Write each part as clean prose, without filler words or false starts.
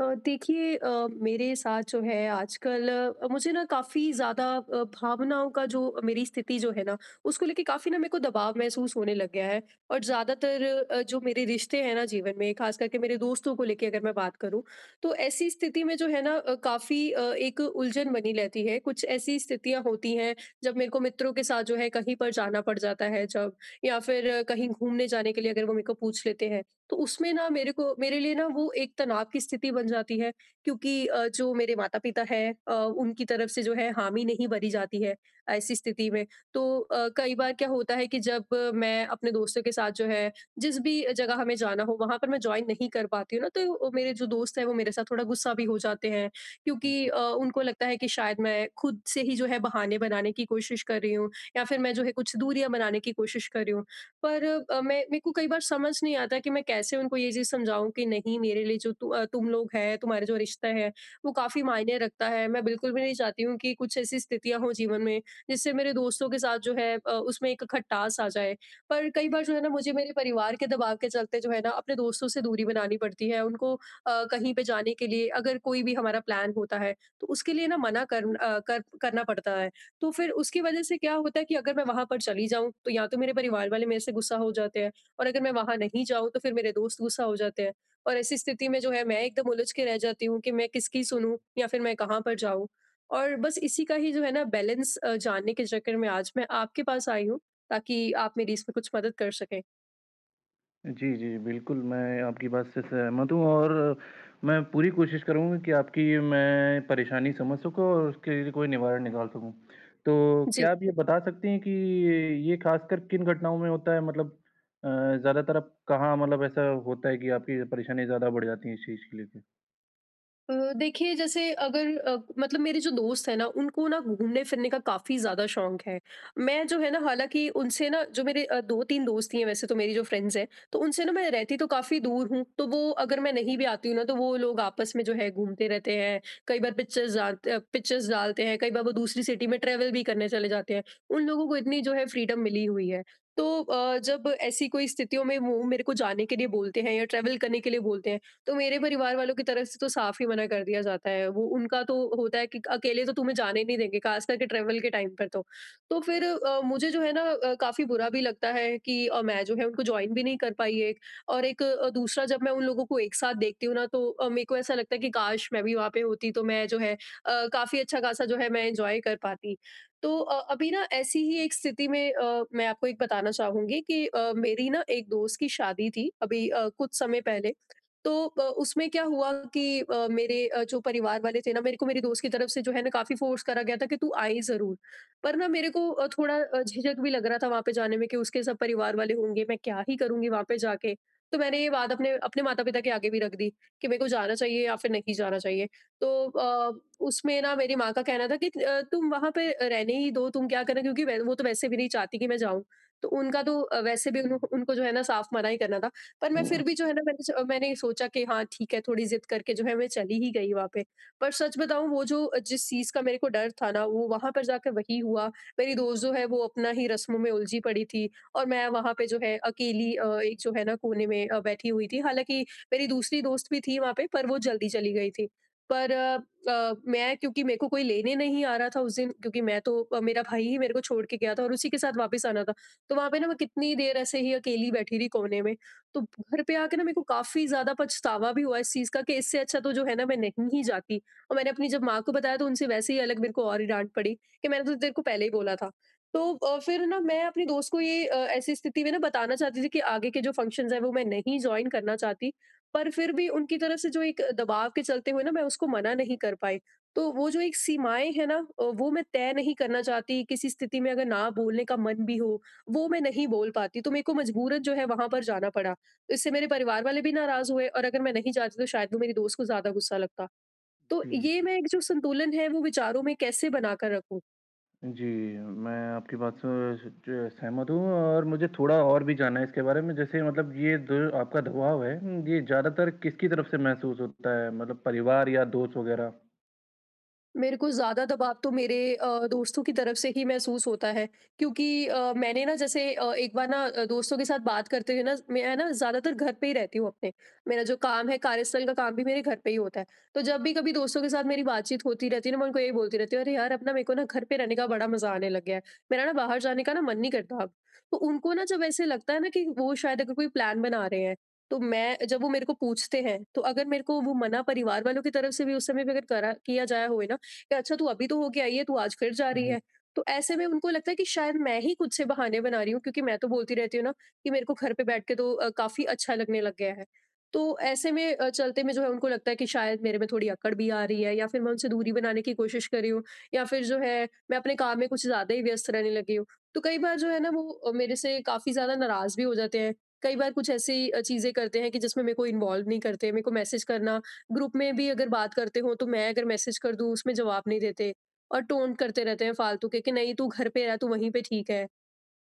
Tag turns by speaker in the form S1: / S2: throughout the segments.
S1: देखिए मेरे साथ जो है आजकल मुझे ना काफ़ी ज़्यादा भावनाओं का जो मेरी स्थिति जो है ना उसको लेके काफ़ी ना मेरे को दबाव महसूस होने लग गया है। और ज़्यादातर जो मेरे रिश्ते हैं ना जीवन में, खास करके मेरे दोस्तों को लेके अगर मैं बात करूँ, तो ऐसी स्थिति में जो है ना काफ़ी एक उलझन बनी रहती है। कुछ ऐसी स्थितियाँ होती हैं जब मेरे को मित्रों के साथ जो है कहीं पर जाना पड़ जाता है, जब या फिर कहीं घूमने जाने के लिए अगर वो मेरे को पूछ लेते हैं, तो उसमें ना मेरे को, मेरे लिए ना वो एक तनाव की स्थिति बन जाती है, क्योंकि जो मेरे माता-पिता हैं, उनकी तरफ से जो है हामी नहीं भरी जाती है ऐसी स्थिति में। तो कई बार क्या होता है कि जब मैं अपने दोस्तों के साथ जो है, जिस भी जगह हमें जाना हो वहाँ पर मैं जॉइन नहीं कर पाती हूँ ना, तो वो मेरे जो दोस्त हैं वो मेरे साथ थोड़ा गुस्सा भी हो जाते हैं, क्योंकि उनको लगता है कि शायद मैं खुद से ही जो है बहाने बनाने की कोशिश कर रही हूँ या फिर मैं जो है कुछ दूरियाँ बनाने की कोशिश कर रही हूँ। पर मैं, मेरे को कई बार समझ नहीं आता कि मैं कैसे उनको ये चीज़ समझाऊँ कि नहीं, मेरे लिए जो तुम लोग हैं, तुम्हारे जो रिश्ता है, वो काफ़ी मायने रखता है। मैं बिल्कुल भी नहीं चाहती हूँ कि कुछ ऐसी स्थितियाँ हों जीवन में, जिससे मेरे दोस्तों के साथ जो है उसमें एक खटास आ जाए। पर कई बार जो है ना मुझे मेरे परिवार के दबाव के चलते जो है ना अपने दोस्तों से दूरी बनानी पड़ती है। उनको कहीं पे जाने के लिए अगर कोई भी हमारा प्लान होता है, तो उसके लिए ना मना कर अ, कर करना पड़ता है। तो फिर उसकी वजह से क्या होता है कि अगर मैं वहाँ पर चली जाऊँ, तो या तो मेरे परिवार वाले मेरे से गुस्सा हो जाते हैं और अगर मैं वहाँ नहीं जाऊँ, तो फिर मेरे दोस्त गुस्सा हो जाते हैं। और ऐसी स्थिति में जो है मैं एकदम उलझ के रह जाती हूँ कि मैं किसकी सुनूँ या फिर मैं कहाँ पर जाऊँ? और बस इसी का ही जो है ना बैलेंस जानने के चक्कर में आज मैं आपके पास आई हूँ, ताकि आप मेरी इसमें कुछ मदद कर सकें।
S2: जी, जी, बिल्कुल, मैं आपकी बात से सहमत हूँ और मैं पूरी कोशिश करूँगा कि आपकी मैं परेशानी समझ सकूँ और उसके लिए कोई निवारण निकाल सकूँ। तो
S1: जी।
S2: क्या आप ये बता सकती हैं कि ये ख़ासकर किन घटनाओं में होता है? मतलब अ, ज़्यादातर अब कहाँ मतलब ऐसा होता है कि आपकी परेशानी ज़्यादा बढ़ जाती है इस चीज़ को लेके?
S1: देखिए, जैसे अगर मतलब मेरे जो दोस्त हैं ना उनको ना घूमने फिरने का काफ़ी ज़्यादा शौक है। मैं जो है ना, हालाँकि उनसे ना, जो मेरे 2-3 दोस्त ही हैं वैसे, तो मेरी जो फ्रेंड्स हैं, तो उनसे ना मैं रहती तो काफ़ी दूर हूँ, तो वो अगर मैं नहीं भी आती हूँ ना, तो वो लोग आपस में जो है घूमते रहते हैं। कई बार पिक्चर्स डालते हैं, कई बार वो दूसरी सिटी में ट्रैवल भी करने चले जाते हैं। उन लोगों को इतनी जो है फ्रीडम मिली हुई है। तो जब ऐसी कोई स्थितियों में वो मेरे को जाने के लिए बोलते हैं या ट्रैवल करने के लिए बोलते हैं, तो मेरे परिवार वालों की तरफ से तो साफ़ ही मना कर दिया जाता है। वो उनका तो होता है कि अकेले तो तुम्हें जाने नहीं देंगे, ख़ास करके ट्रैवल के टाइम पर तो। तो फिर मुझे जो है ना काफ़ी बुरा भी लगता है कि मैं जो है उनको जॉइन भी नहीं कर पाई एक, और एक दूसरा, जब मैं उन लोगों को एक साथ देखती हूँ ना, तो मेरे को ऐसा लगता है कि काश मैं भी वहाँ पे होती तो मैं जो है काफ़ी अच्छा-ख़ासा जो है मैं एन्जॉय कर पाती। तो अभी ना ऐसी ही एक स्थिति में मैं आपको एक बताना चाहूँगी कि मेरी ना एक दोस्त की शादी थी अभी कुछ समय पहले। तो उसमें क्या हुआ कि मेरे जो परिवार वाले थे ना, मेरे को मेरी दोस्त की तरफ से जो है ना काफ़ी फ़ोर्स करा गया था कि तू आए ज़रूर। पर ना मेरे को थोड़ा झिझक भी लग रहा था वहाँ पे जाने में कि उसके सब परिवार वाले होंगे, मैं क्या ही करूँगी वहाँ पे जाके? तो मैंने ये बात अपने अपने माता-पिता के आगे भी रख दी कि मेरे को जाना चाहिए या फिर नहीं जाना चाहिए। तो उसमें ना मेरी माँ का कहना था कि "तुम वहाँ पे रहने ही दो, तुम क्या करना", क्योंकि वै वो तो वैसे भी नहीं चाहती कि मैं जाऊँ। तो उनका तो वैसे भी उन उनको जो है ना साफ मना ही करना था। पर मैं फिर भी जो है ना मैंने सोचा कि हाँ ठीक है, थोड़ी ज़िद करके जो है मैं चली ही गई वहाँ पे। पर सच बताऊँ, वो जो जिस चीज़ का मेरे को डर था ना, वो वहाँ पर जाके वही हुआ। मेरी दोस्त जो है वो अपना ही रस्मों में उलझी पड़ी थी और मैं वहाँ पे जो है अकेली एक जो है ना कोने में बैठी हुई थी। हालाँकि मेरी दूसरी दोस्त भी थी वहाँ पे, पर वो जल्दी चली गई थी। पर मैं, क्योंकि मेरे को कोई लेने नहीं आ रहा था उस दिन, क्योंकि मैं तो मेरा भाई ही मेरे को छोड़ के गया था और उसी के साथ वापस आना था। तो वहाँ पे ना मैं कितनी देर ऐसे ही अकेली बैठी रही कोने में। तो घर पे आके ना मेरे को काफ़ी ज़्यादा पछतावा भी हुआ इस चीज़ का कि इससे अच्छा तो जो है ना मैं नहीं ही जाती, और मैंने अपनी जब माँ को बताया, तो उनसे वैसे ही अलग मेरे को और ही डाँट पड़ी कि मैंने तो तेरे को पहले ही बोला था। तो फिर ना मैं अपने दोस्त को ये ऐसी स्थिति में ना बताना चाहती थी कि आगे के जो फंक्शंस हैं वो मैं नहीं जॉइन करना चाहती। पर फिर भी उनकी तरफ से जो एक दबाव के चलते हुए ना मैं उसको मना नहीं कर पाई। तो वो जो एक सीमाएँ हैं ना, वो मैं तय नहीं करना चाहती, किसी स्थिति में अगर ना बोलने का मन भी हो, वो मैं नहीं बोल पाती, तो मेरे को मजबूरन जो है वहाँ पर जाना पड़ा। तो इससे मेरे परिवार वाले भी नाराज़ हुए, और अगर मैं नहीं जाती तो शायद वो मेरी दोस्त को ज़्यादा गुस्सा लगता। तो
S2: जी,
S1: ये,
S2: जी।
S1: मैं एक जो संतुलन है वो विचारों में कैसे बनाकर रखूँ?
S2: जी, मैं आपकी बात से ज सहमत हूँ और मुझे थोड़ा और भी जानना है इसके बारे में। जैसे मतलब ये जो आपका दबाव है, ये ज़्यादातर किसकी तरफ से महसूस होता है? मतलब परिवार या दोस्त वग़ैरह?
S1: मेरे को ज़्यादा दबाव तो मेरे दोस्तों की तरफ से ही महसूस होता है, क्योंकि मैंने ना जैसे एक बार ना दोस्तों के साथ बात करते हुए ना, मैं है ना ज़्यादातर घर पे ही रहती हूँ अपने। मेरा जो काम है कार्यस्थल का काम भी मेरे घर पे ही होता है। तो जब भी कभी दोस्तों के साथ मेरी बातचीत होती रहती है ना, मैं उनको यही बोलती रहती हूँ, "अरे यार! अब ना मेरे को ना घर पे रहने का बड़ा मज़ा आने लग गया है। मेरा ना बाहर जाने का ना मन नहीं करता अब।" तो उनको ना जब ऐसे लगता है ना कि वो शायद अगर कोई प्लान बना रहे हैं, तो मैं, जब वो मेरे को पूछते हैं, तो अगर मेरे को वो मना, परिवार वालों की तरफ से भी उस समय पे अगर करा किया जाया होए ना कि अच्छा तू अभी तो होके आई है, तू आज फिर जा रही
S2: हुँ।
S1: है। तो ऐसे में उनको लगता है कि शायद मैं ही खुद से बहाने बना रही हूँ, क्योंकि मैं तो बोलती रहती हूँ ना कि मेरे को घर पे बैठ के तो काफ़ी अच्छा लगने लग गया है। तो ऐसे में चलते में जो है उनको लगता है कि शायद मेरे में थोड़ी अकड़ भी आ रही है, या फिर मैं उनसे दूरी बनाने की कोशिश कर रही हूँ, या फिर जो है मैं अपने काम में कुछ ज़्यादा ही व्यस्त रहने लगी हूँ। तो कई बार जो है ना वो मेरे से काफ़ी ज़्यादा नाराज़ भी हो जाते हैं। कई बार कुछ ऐसी चीज़ें करते हैं कि जिसमें मेरे को इन्वॉल्व नहीं करते। मेरे को मैसेज करना, ग्रुप में भी अगर बात करते हो तो मैं अगर मैसेज कर दूँ उसमें जवाब नहीं देते, और टोन्ट करते रहते हैं फालतू के कि नहीं, तू घर पे रह, तू वहीं पे ठीक है।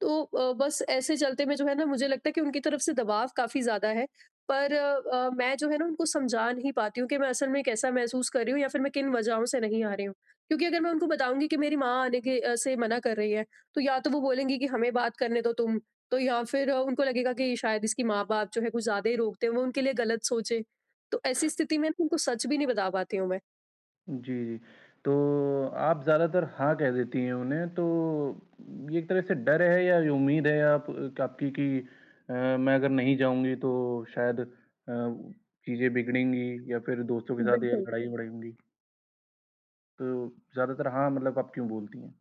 S1: तो बस ऐसे चलते में जो है ना मुझे लगता है कि उनकी तरफ से दबाव काफ़ी ज़्यादा है। पर मैं जो है ना उनको समझा नहीं पाती हूँ कि मैं असल में कैसा महसूस कर रही हूँ या फिर मैं किन वजहों से नहीं आ रही हूँ। क्योंकि अगर मैं उनको बताऊँगी कि मेरी माँ आने के से मना कर रही है, तो या तो वो बोलेंगी कि हमें बात करने दो तुम, तो या फिर उनको लगेगा कि शायद इसकी माँ-बाप जो है कुछ ज़्यादा ही रोकते हैं, वो उनके लिए गलत सोचे। तो ऐसी स्थिति में ना उनको सच भी नहीं बता पाती हूँ मैं।
S2: जी, जी। तो आप ज़्यादातर हाँ कह देती हैं उन्हें, तो ये एक तरह से डर है या ये उम्मीद है आप आपकी कि मैं अगर नहीं जाऊँगी तो शायद चीज़ें बिगड़ेंगी या फिर दोस्तों के साथ या
S1: बिल्कुल।
S2: लड़ाई-वड़ाई होंगी? तो ज़्यादातर हाँ मतलब आप क्यों बोलती हैं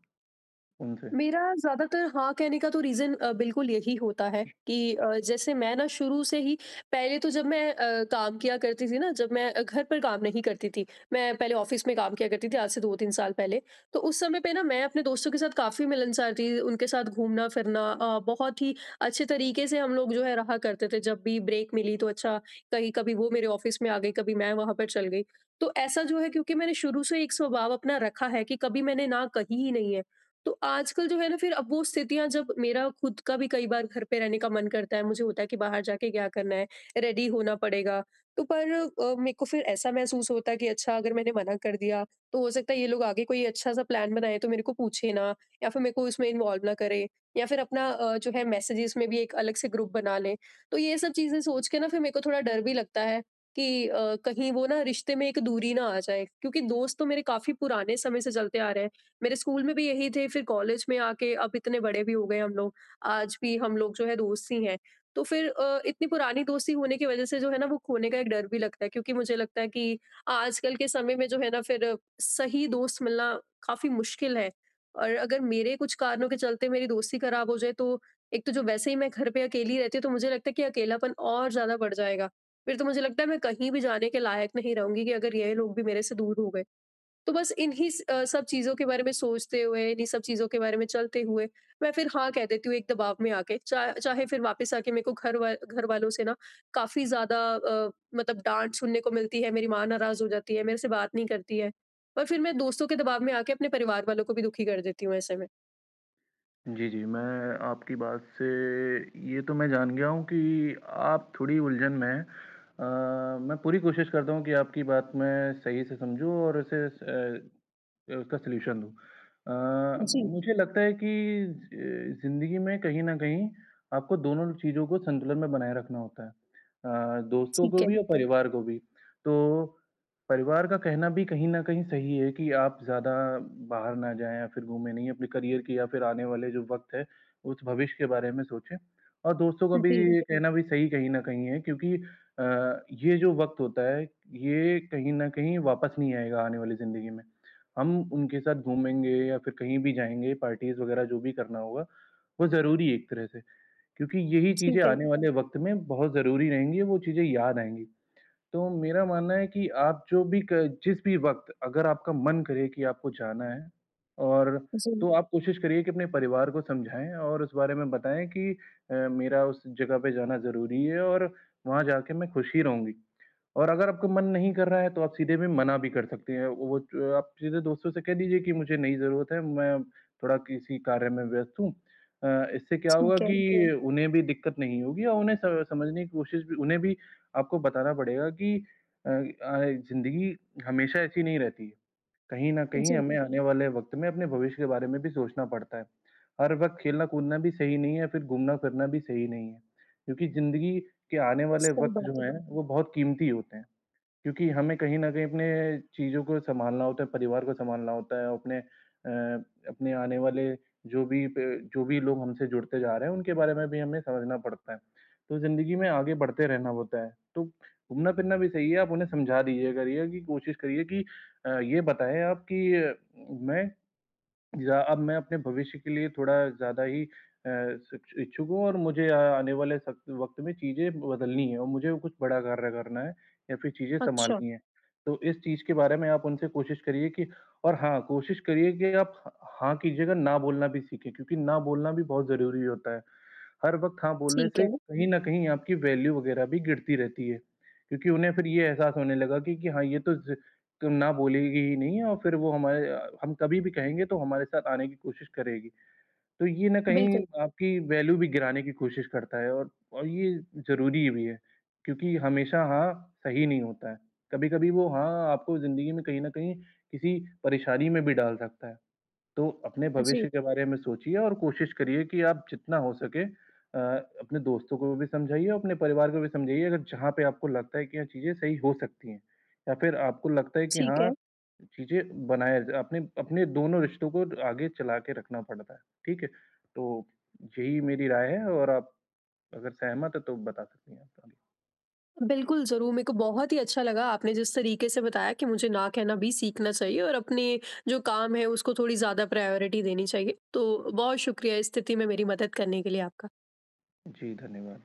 S2: उनसे?
S1: मेरा ज़्यादातर हाँ कहने का तो रीज़न बिल्कुल यही होता है कि जैसे मैं ना शुरू से ही पहले तो जब मैं काम किया करती थी ना, जब मैं घर पर काम नहीं करती थी, मैं पहले ऑफ़िस में काम किया करती थी आज से 2-3 साल पहले। तो उस समय पे ना मैं अपने दोस्तों के साथ काफ़ी मिलनसार थी, उनके साथ घूमना-फिरना बहुत ही अच्छे तरीके से हम लोग जो है रहा करते थे। जब भी ब्रेक मिली तो अच्छा, कहीं कभी वो मेरे ऑफ़िस में आ गई, कभी मैं वहाँ पर चल गई। तो ऐसा जो है, क्योंकि मैंने शुरू से एक स्वभाव अपना रखा है कि कभी मैंने ना कही ही नहीं है। तो आजकल जो है ना, फिर अब वो स्थितियाँ, जब मेरा खुद का भी कई बार घर पे रहने का मन करता है, मुझे होता है कि बाहर जाके क्या करना है, रेडी होना पड़ेगा। तो पर मेरे को फिर ऐसा महसूस होता है कि अच्छा, अगर मैंने मना कर दिया, तो हो सकता है ये लोग आगे कोई अच्छा सा प्लान बनाएँ तो मेरे को पूछे ना, या फिर मेरे को इसमें इन्वॉल्व ना करें, या फिर अपना जो है मैसेजेस में भी एक अलग से ग्रुप बना लें। तो ये सब चीज़ें सोच के ना, फिर मेरे को थोड़ा डर भी लगता है कि कहीं वो ना रिश्ते में एक दूरी ना आ जाए, क्योंकि दोस्त तो मेरे काफ़ी पुराने समय से चलते आ रहे हैं। मेरे स्कूल में भी यही थे, फिर कॉलेज में आके अब इतने बड़े भी हो गए हम लोग, आज भी हम लोग जो है दोस्त ही हैं। तो फिर इतनी पुरानी दोस्ती होने की वज़ह से जो है ना, वो खोने का एक डर भी लगता है, क्योंकि मुझे लगता है कि आजकल के समय में जो है ना, फिर सही दोस्त मिलना काफ़ी मुश्किल है। और अगर मेरे कुछ कारणों के चलते मेरी दोस्ती खराब हो जाए, तो एक तो जो वैसे ही मैं घर पे अकेली रहती हूँ, तो मुझे लगता है कि अकेलापन और ज़्यादा बढ़ जाएगा। फिर तो मुझे लगता है मैं कहीं भी जाने के लायक नहीं रहूँगी, कि अगर ये लोग भी मेरे से दूर हो गए। तो बस सब चीज़ों के बारे में सोचते हुए, इन्हीं सब चीज़ों के बारे में चलते हुए, मैं फिर हाँ कह देती हूँ एक दबाव में आके। चा चाहे फिर वापस आके मेरे को घर वालों से ना काफ़ी ज़्यादा मतलब डाँट सुनने को मिलती है, मेरी माँ नाराज़ हो जाती है, मेरे से बात नहीं करती है। और फिर मैं दोस्तों के दबाव में आके अपने परिवार वालों को भी दुखी कर देती हूँ ऐसे में।
S2: जी, जी। मैं आपकी बात से ये तो मैं जान गया हूँ कि आप थोड़ी उलझन में हैं। मैं पूरी कोशिश करता हूँ कि आपकी बात मैं सही से समझूँ और उसका सॉल्यूशन दूँ।
S1: जी,
S2: मुझे लगता है कि ज़िंदगी में कहीं न कहीं आपको दोनों चीज़ों को संतुलन में बनाए रखना होता है। दोस्तों
S1: ठीक
S2: को
S1: है।
S2: भी और परिवार को भी। तो परिवार का कहना भी कहीं न कहीं सही है कि आप ज़्यादा बाहर ना जाएँ या फिर घूमें नहीं, अपने करियर की या फिर आने वाले जो वक़्त है, उस भविष्य के बारे में सोचें। और दोस्तों का भी
S1: जी,
S2: ये जी। कहना भी सही कहीं न कहीं है क्योंकि अ, ये जो वक़्त होता है, ये कहीं न कहीं वापस नहीं आएगा आने वाली ज़िंदगी में। हम उनके साथ घूमेंगे या फिर कहीं भी जाएँगे, पार्टीज़ वग़ैरह जो भी करना होगा, वो ज़रूरी है एक तरह से क्योंकि यही चीज़ें
S1: ठीक है।
S2: आने वाले वक़्त में बहुत ज़रूरी रहेंगी, वो चीज़ें याद आएँगी। तो मेरा मानना है कि आप जो भी क जिस भी वक़्त अगर आपका मन करे कि आपको जाना है और
S1: जी,
S2: तो आप कोशिश करिए कि अपने परिवार को समझाएँ और उस बारे में बताएँ कि मेरा उस जगह पे जाना ज़रूरी है और वहाँ जाके मैं खुश ही रहूँगी। और अगर आपका मन नहीं कर रहा है तो आप सीधे भी मना भी कर सकते हैं। वो च आप सीधे दोस्तों से कह दीजिए कि मुझे नहीं ज़रूरत है, मैं थोड़ा किसी कार्य में व्यस्त हूँ। इससे क्या होगा
S1: ठीक
S2: कि
S1: है।
S2: ठीक है। कि उन्हें भी दिक्कत नहीं होगी और उन्हें स समझने की कोशिश भी उन्हें भी आपको बताना पड़ेगा कि अ अ, ज़िंदगी हमेशा ऐसी नहीं रहती है। कहीं न कहीं
S1: जी,
S2: हमें जी। आने वाले वक़्त में अपने भविष्य के बारे में भी सोचना पड़ता है। हर वक़्त खेलना-कूदना भी सही नहीं है, फिर घूमना-फिरना भी सही नहीं है, क्योंकि ज़िंदगी के आने वाले
S1: सही
S2: वक़्त
S1: बात
S2: जो
S1: है।
S2: हैं, वो बहुत कीमती होते हैं। क्योंकि हमें कहीं न कहीं अपने चीज़ों को सँभालना होता है, परिवार को सँभालना होता है, अपने आने वाले जो भी लोग हमसे जुड़ते जा रहे हैं, उनके बारे में भी हमें समझना पड़ता है। तो ज़िंदगी में आगे बढ़ते रहना होता है, तो घूमना-फिरना भी सही है, आप उन्हें समझा दीजिए करिए कि कोशिश करिए कि ये बताएँ आप कि मैं या अब मैं अपने भविष्य के लिए थोड़ा ज़्यादा ही अ, शिक्ष इच्छुक हूँ और मुझे आने वाले सक वक़्त में चीज़ें बदलनी है और मुझे वो कुछ बड़ा कार्य करना है या फिर चीज़ें
S1: अच्छा,
S2: सँभालनी है। तो इस चीज़ के बारे में आप उनसे कोशिश करिए कि और हाँ, कोशिश करिए कि आप ह हाँ कीजिएगा, ना बोलना भी सीखें क्योंकि ना बोलना भी बहुत ज़रूरी होता है। हर वक़्त हाँ बोलने
S1: ठीक
S2: से
S1: है।
S2: कहीं न कहीं आपकी वैल्यू वग़ैरह भी गिरती रहती है। क्योंकि उन्हें फिर ये एहसास होने लगा कि हाँ, ये तो ज़ तो ना बोलेगी ही नहीं और फिर हम कभी भी कहेंगे तो हमारे साथ आने की कोशिश करेगी। तो ये ना कहीं
S1: बिल्कुल।
S2: आपकी वैल्यू भी गिराने की कोशिश करता है और ये ज़रूरी भी है, क्योंकि हमेशा हाँ सही नहीं होता है। कभी-कभी वो हाँ आपको ज़िंदगी में कहीं न कहीं किसी परेशानी में भी डाल सकता है। तो अपने
S1: जी,
S2: भविष्य के बारे में सोचिए और कोशिश करिए कि आप जितना हो सके अपने दोस्तों को भी समझाइए और अपने परिवार को भी समझाइए अगर जहाँ पे आपको लगता है कि ये चीज़ें सही हो सकती हैं या फिर आपको लगता है कि
S1: ठीक है।
S2: हाँ, चीज़ें बनाए अपने अपने दोनों रिश्तों को आगे चला के रखना पड़ता है, ठीक है? तो यही मेरी राय है और आप अगर सहमत हैं तो बता सकती हैं आप आगे।
S1: बिल्कुल, ज़रूर। मेरे को बहुत ही अच्छा लगा आपने जिस तरीके से बताया कि मुझे ना कहना भी सीखना चाहिए, और अपने जो काम है उसको थोड़ी ज़्यादा प्रायोरिटी देनी चाहिए। तो बहुत शुक्रिया इस स्थिति में मेरी मदद करने के लिए आपका।
S2: जी, धन्यवाद।